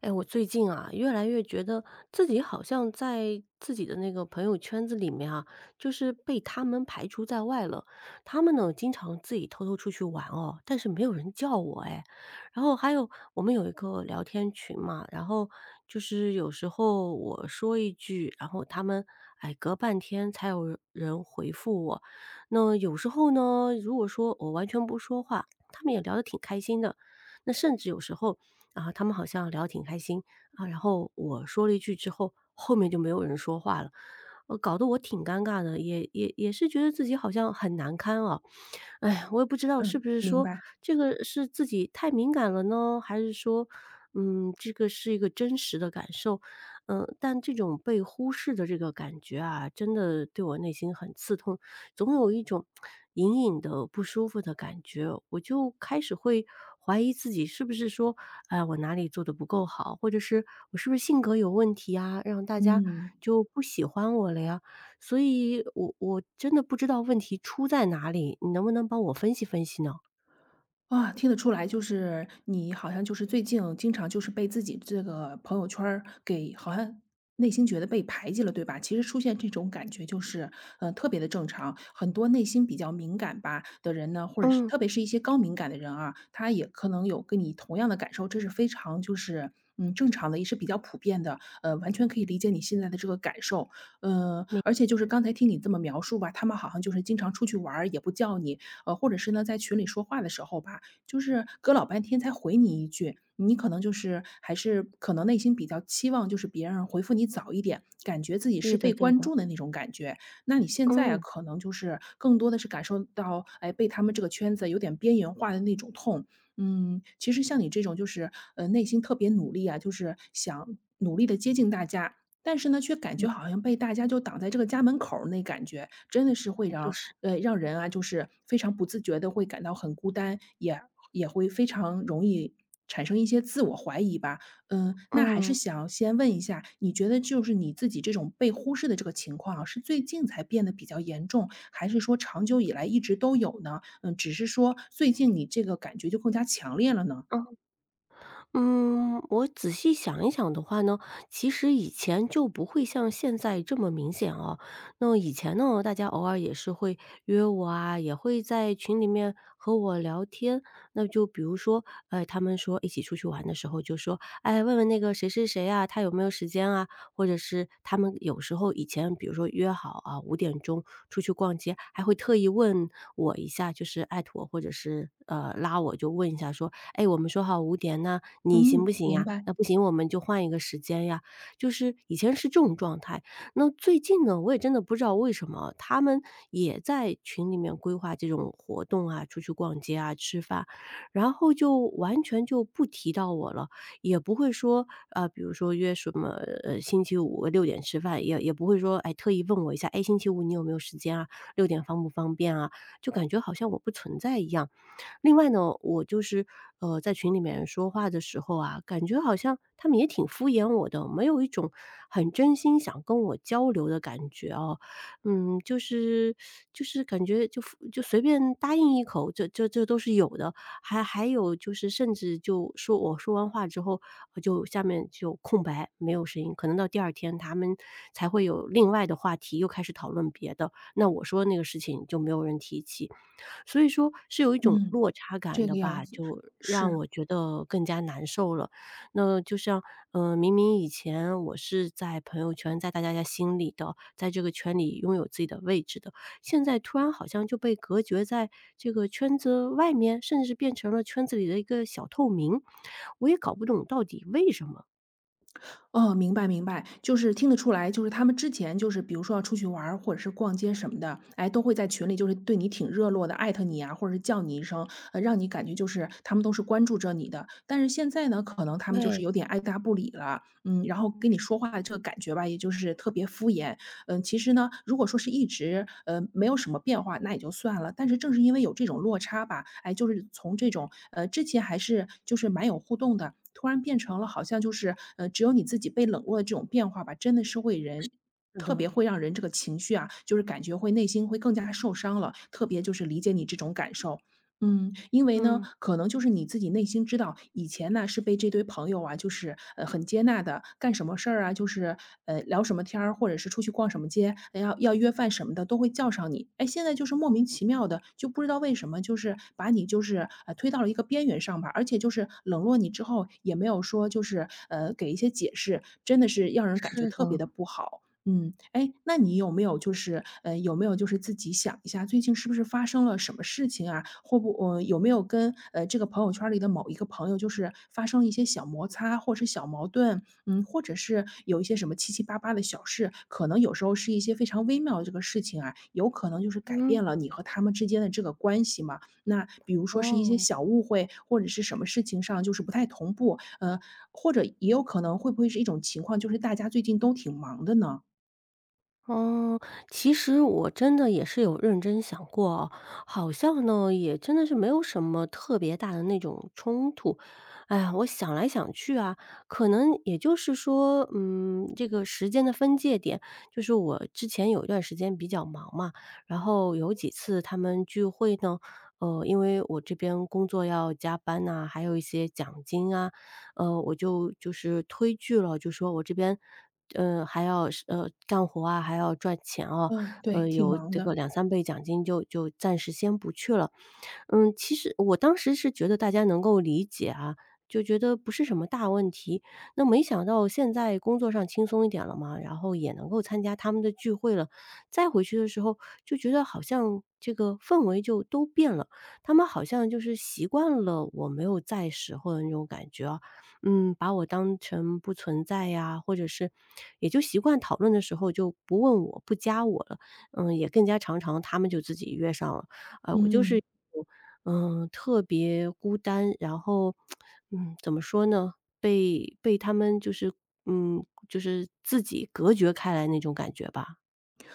哎，我最近啊，越来越觉得自己好像在自己的那个朋友圈子里面啊，就是被他们排除在外了。他们呢，经常自己偷偷出去玩哦，但是没有人叫我哎。然后还有我们有一个聊天群嘛，然后就是有时候我说一句，然后他们哎隔半天才有人回复我。那有时候呢，如果说我完全不说话，他们也聊得挺开心的。那甚至有时候然后他们好像聊得挺开心啊。然后我说了一句之后，后面就没有人说话了，搞得我挺尴尬的，也是觉得自己好像很难堪啊。哎呀，我也不知道是嗯，不是明说白。这个是自己太敏感了呢，还是说，嗯，这个是一个真实的感受，嗯，但这种被忽视的这个感觉啊，真的对我内心很刺痛，总有一种隐隐的不舒服的感觉，我就开始会怀疑自己是不是说，哎，我哪里做的不够好，或者是我是不是性格有问题啊，让大家嗯。就不喜欢我了呀？所以我真的不知道问题出在哪里，你能不能帮我分析分析呢？哇，听得出来，你好像最近经常被自己这个朋友圈儿给好像内心觉得被排挤了，对吧？其实出现这种感觉特别的正常。很多内心比较敏感吧的人呢，或者是嗯，特别是一些高敏感的人啊，他也可能有跟你同样的感受，这是非常正常的，也是比较普遍的。完全可以理解你现在的这个感受。明而且刚才听你这么描述吧，他们好像经常出去玩儿也不叫你，或者是呢在群里说话的时候吧，隔老半天才回你一句，你可能还是可能内心比较期望，就是别人回复你早一点，感觉自己是对的被对关的，注的那种感觉。那你现在啊，嗯。可能更多的是感受到，哎，被他们这个圈子有点边缘化的那种痛。嗯，其实像你这种内心特别努力啊，就是想努力的接近大家，但是呢，却感觉好像被大家就挡在这个家门口儿那感觉，真的是会啊就让是，让人啊，就是非常不自觉的会感到很孤单，也会非常容易产生一些自我怀疑吧。嗯，那还是嗯，想先问一下，你觉得你自己这种被忽视的这个情况啊是最近才变得比较严重，还是说长久以来一直都有呢？嗯，只是说最近你这个感觉就更加强烈了呢？嗯，嗯，我仔细想一想的话呢，其实以前就不会像现在这么明显哦。那以前呢，大家偶尔也是会约我啊，也会在群里面和我聊天。那就比如说，哎，他们说一起出去玩的时候，就说：“哎，问问那个谁谁谁啊，他有没有时间啊？”或者是他们有时候以前比如说约好啊5点钟出去逛街，还会特意问我一下，就是艾特我或者是，拉我就问一下说：“哎，我们说好五点，呢，你行不嗯，行明呀？白，那不行我们就换一个时间呀。”就是以前是这种状态。那最近呢，我也真的不知道为什么，他们也在群里面规划这种活动啊，出去逛街啊，吃饭，然后就完全就不提到我了。也不会说，啊，比如说约什么，星期五6点吃饭，也不会说，哎，特意问我一下，哎，星期五你有没有时间啊六点方不方便啊？就感觉好像我不存在一样。另外呢，我就是，在群里面说话的时候啊，感觉好像他们也挺敷衍我的，没有一种很真心想跟我交流的感觉哦。嗯，就是就是感觉就就随便答应一口，这都是有的。还有就是，甚至就说我说完话之后，就下面就空白，没有声音。可能到第二天他们才会有另外的话题，又开始讨论别的。那我说那个事情就没有人提起。所以说是有一种落嗯，差感这的个样吧，子，就让是。我觉得更加难受了。那就像，嗯，明明以前我是在朋友圈，在大家家心里的，在这个圈里拥有自己的位置的，现在突然好像就被隔绝在这个圈子外面，甚至是变成了圈子里的一个小透明，我也搞不懂到底为什么。哦，明白明白，听得出来，他们之前比如说要出去玩儿或者是逛街什么的，哎，都会在群里对你挺热络的，艾特你啊，或者是叫你一声，让你感觉他们都是关注着你的。但是现在呢，可能他们对。有点爱答不理了，嗯，然后跟你说话的这个感觉吧，也特别敷衍，嗯，其实呢，如果说是一直没有什么变化，那也就算了。但是正是因为有这种落差吧，哎，就是从这种之前还是蛮有互动的，突然变成了好像只有你自己被冷落的这种变化吧，真的是会人是特的，别会让人这个情绪啊，就是感觉会内心会更加受伤了，特别理解你这种感受。嗯，因为呢，嗯，可能你自己内心知道，以前呢是被这堆朋友啊，很接纳的，干什么事儿啊，聊什么天儿，或者是出去逛什么街，呃要要约饭什么的，都会叫上你。哎，现在就是莫名其妙的，就不知道为什么，把你推到了一个边缘上吧，而且就是冷落你之后，也没有说给一些解释，真的是让人感觉是特别的，的不好。嗯，哎，那你有没有有没有自己想一下，最近是不是发生了什么事情啊？或不，呃，有没有跟这个朋友圈儿里的某一个朋友，发生了一些小摩擦，或是小矛盾，嗯，或者是有一些什么七七八八的小事，可能有时候是一些非常微妙的这个事情啊，有可能就是改嗯。变了你和他们之间的这个关系嘛？那比如说是一些哦。小误会，或者是什么事情上不太同步，或者也有可能会不会是一种情况，就是大家最近都挺忙的呢？嗯，其实我真的也是有认真想过哦，好像呢，也真的是没有什么特别大的那种冲突。哎呀，我想来想去啊，可能也就是说，嗯，这个时间的分界点，就是我之前有一段时间比较忙嘛，然后有几次他们聚会呢，因为我这边工作要加班呐、还有一些奖金啊，呃，我就是推拒了，就说我这边，还要是干活啊，还要赚钱啊，嗯，对，挺有忙这个的，2、3倍奖金就暂时先不去了。嗯，其实我当时是觉得大家能够理解啊，就觉得不是什么大问题。那没想到现在工作上轻松一点了嘛，然后也能够参加他们的聚会了，再回去的时候就觉得好像这个氛围就都变了，他们好像就是习惯了我没有在时候的那种感觉啊，嗯，把我当成不存在呀，或者是也就习惯讨论的时候就不问我、不加我了，嗯，也更加常常他们就自己约上了。啊，我就是，嗯。嗯、特别孤单，然后，嗯，怎么说呢？被他们就是，嗯，就是自己隔绝开来那种感觉吧。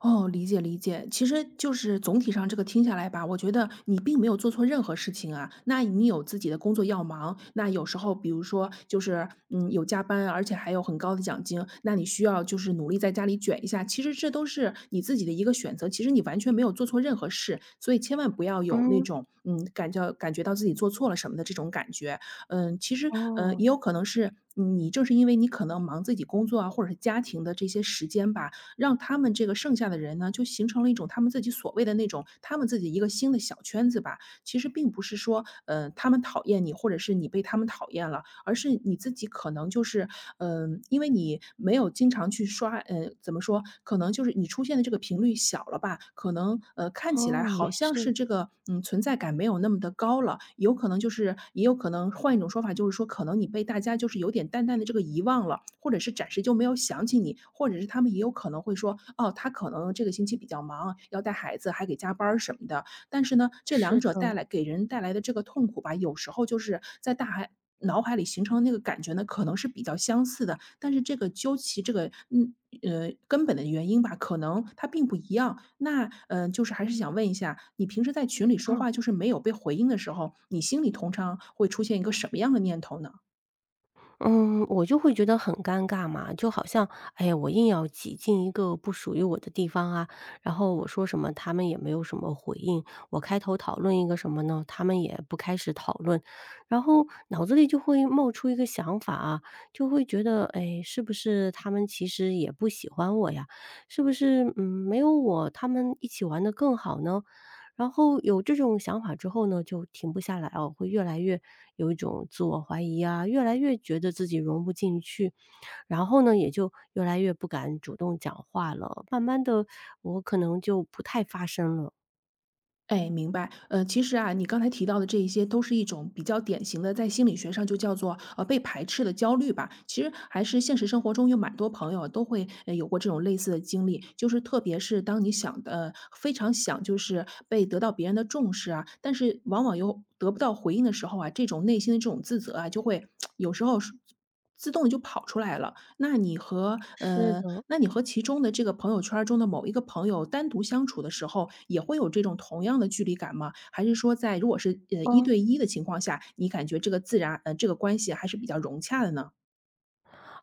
哦，理解理解。其实就是总体上这个听下来吧，我觉得你并没有做错任何事情啊。那你有自己的工作要忙，那有时候比如说有加班，而且还有很高的奖金，那你需要努力在家里卷一下。其实这都是你自己的一个选择，其实你完全没有做错任何事，所以千万不要有那嗯，种感觉到自己做错了什么的这种感觉。嗯，其实嗯哦，也有可能是。嗯你正是因为你可能忙自己工作啊，或者是家庭的这些时间吧，让他们这个剩下的人呢，就形成了一种他们自己所谓的那种他们自己一个新的小圈子吧。其实并不是说，他们讨厌你，或者是你被他们讨厌了，而是你自己可能就是，嗯，因为你没有经常去刷，嗯，怎么说，可能你出现的这个频率小了吧，可能，看起来哦，也好像是，是这个，嗯，存在感没有那么的高了，有可能也有可能换一种说法，就是说可能你被大家有点淡淡的这个遗忘了，或者是暂时就没有想起你，或者是他们也有可能会说，哦，他可能这个星期比较忙，要带孩子，还给加班儿什么的，但是呢，这是两者的，带来给人带来的这个痛苦吧，有时候就是在大海脑海里形成的那个感觉呢，可能是比较相似的，但是这个究其这个，嗯，呃，根本的原因吧，可能它并不一样。那，嗯，就是还是想问一下，你平时在群里说话没有被回应的时候，你心里通常会出现一个什么样的念头呢？嗯，我就会觉得很尴尬嘛，就好像，哎呀，我硬要挤进一个不属于我的地方啊，然后我说什么，他们也没有什么回应，我开头讨论一个什么呢，他们也不开始讨论，然后脑子里就会冒出一个想法啊，就会觉得，哎，是不是他们其实也不喜欢我呀？是不是，嗯，没有我，他们一起玩的更好呢？然后有这种想法之后呢，就停不下来哦，会越来越有一种自我怀疑啊，越来越觉得自己融不进去，然后呢，也就越来越不敢主动讲话了。慢慢的，我可能就不太发声了。哎，明白。其实啊，你刚才提到的这一些都是一种比较典型的，在心理学上就叫做被排斥的焦虑吧。其实还是现实生活中有蛮多朋友都会有过这种类似的经历，就是特别是当你想的非常想被得到别人的重视啊，但是往往又得不到回应的时候啊，这种内心的这种自责啊，就会 有时候是自动就跑出来了。是的，那你和其中的这个朋友圈儿中的某一个朋友单独相处的时候，也会有这种同样的距离感吗？还是说在如果是，呃，一嗯。对一的情况下，你感觉这个自然呃，这个关系还是比较融洽的呢？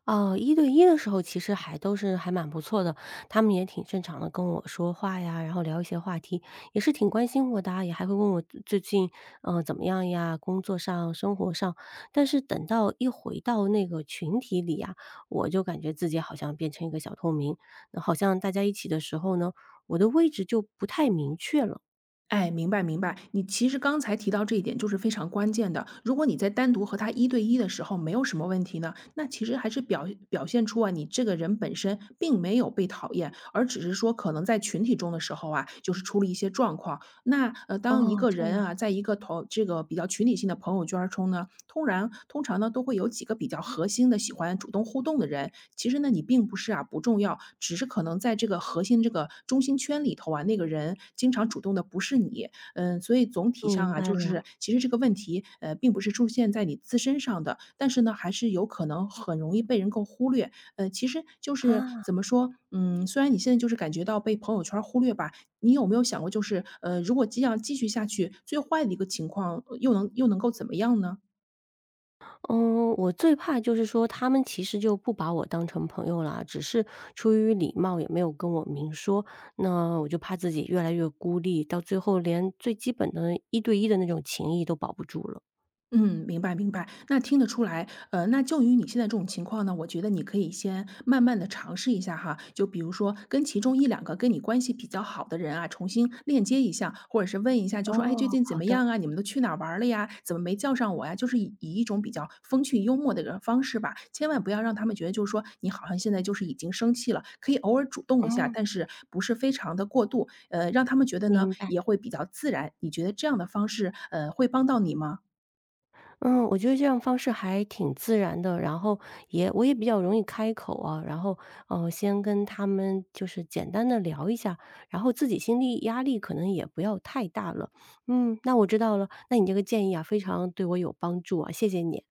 哦，一对一的时候其实还都是还蛮不错的，他们也挺正常的跟我说话呀，然后聊一些话题，也是挺关心我的啊也还会问我最近，怎么样呀，工作上、生活上。但是等到一回到那个群体里啊，我就感觉自己好像变成一个小透明，那好像大家一起的时候呢，我的位置就不太明确了。哎，明白明白。你其实刚才提到这一点非常关键的。如果你在单独和他一对一的时候没有什么问题呢，那其实还是表现出啊，你这个人本身并没有被讨厌，而只是说可能在群体中的时候啊，出了一些状况。那呃，当一哦，个这样，人啊，在一个同这个比较群体性的朋友圈儿中呢，通常呢都会有几个比较核心的喜欢主动互动的人，其实呢，你并不是啊不重要，只是可能在这个核心这个中心圈里头啊，那个人经常主动的不是你，嗯，所以总体上明啊，白就了，是其实这个问题呃，并不是出现在你自身上的，但是呢，还是有可能很容易被人够忽略。其实就是啊。怎么说，嗯，虽然你现在感觉到被朋友圈儿忽略吧，你有没有想过，如果这样继续下去，最坏的一个情况又能够怎么样呢？嗯，我最怕就是说他们其实就不把我当成朋友啦，只是出于礼貌也没有跟我明说，那我就怕自己越来越孤立，到最后连最基本的一对一的那种情谊都保不住了。嗯，明白明白，那听得出来，呃，那就于你现在这种情况呢，我觉得你可以先慢慢的尝试一下哈，就比如说跟其中一两个跟你关系比较好的人啊，重新链接一下，或者是问一下，就说："哎，最哦，近怎好么的。样啊？你们都去哪儿玩儿了呀？怎么没叫上我呀？"就是以一种比较风趣幽默的一个方式吧，千万不要让他们觉得就是说，你好像现在就是已经生气了，可以偶尔主动一下，嗯，但是不是非常的过度，让他们觉得呢，明白。也会比较自然，你觉得这样的方式，会帮到你吗？嗯，我觉得这样方式还挺自然的，然后也我也比较容易开口啊，然后先跟他们就是简单的聊一下，然后自己心理压力可能也不要太大了。嗯，那我知道了，那你这个建议啊，非常对我有帮助啊，谢谢你。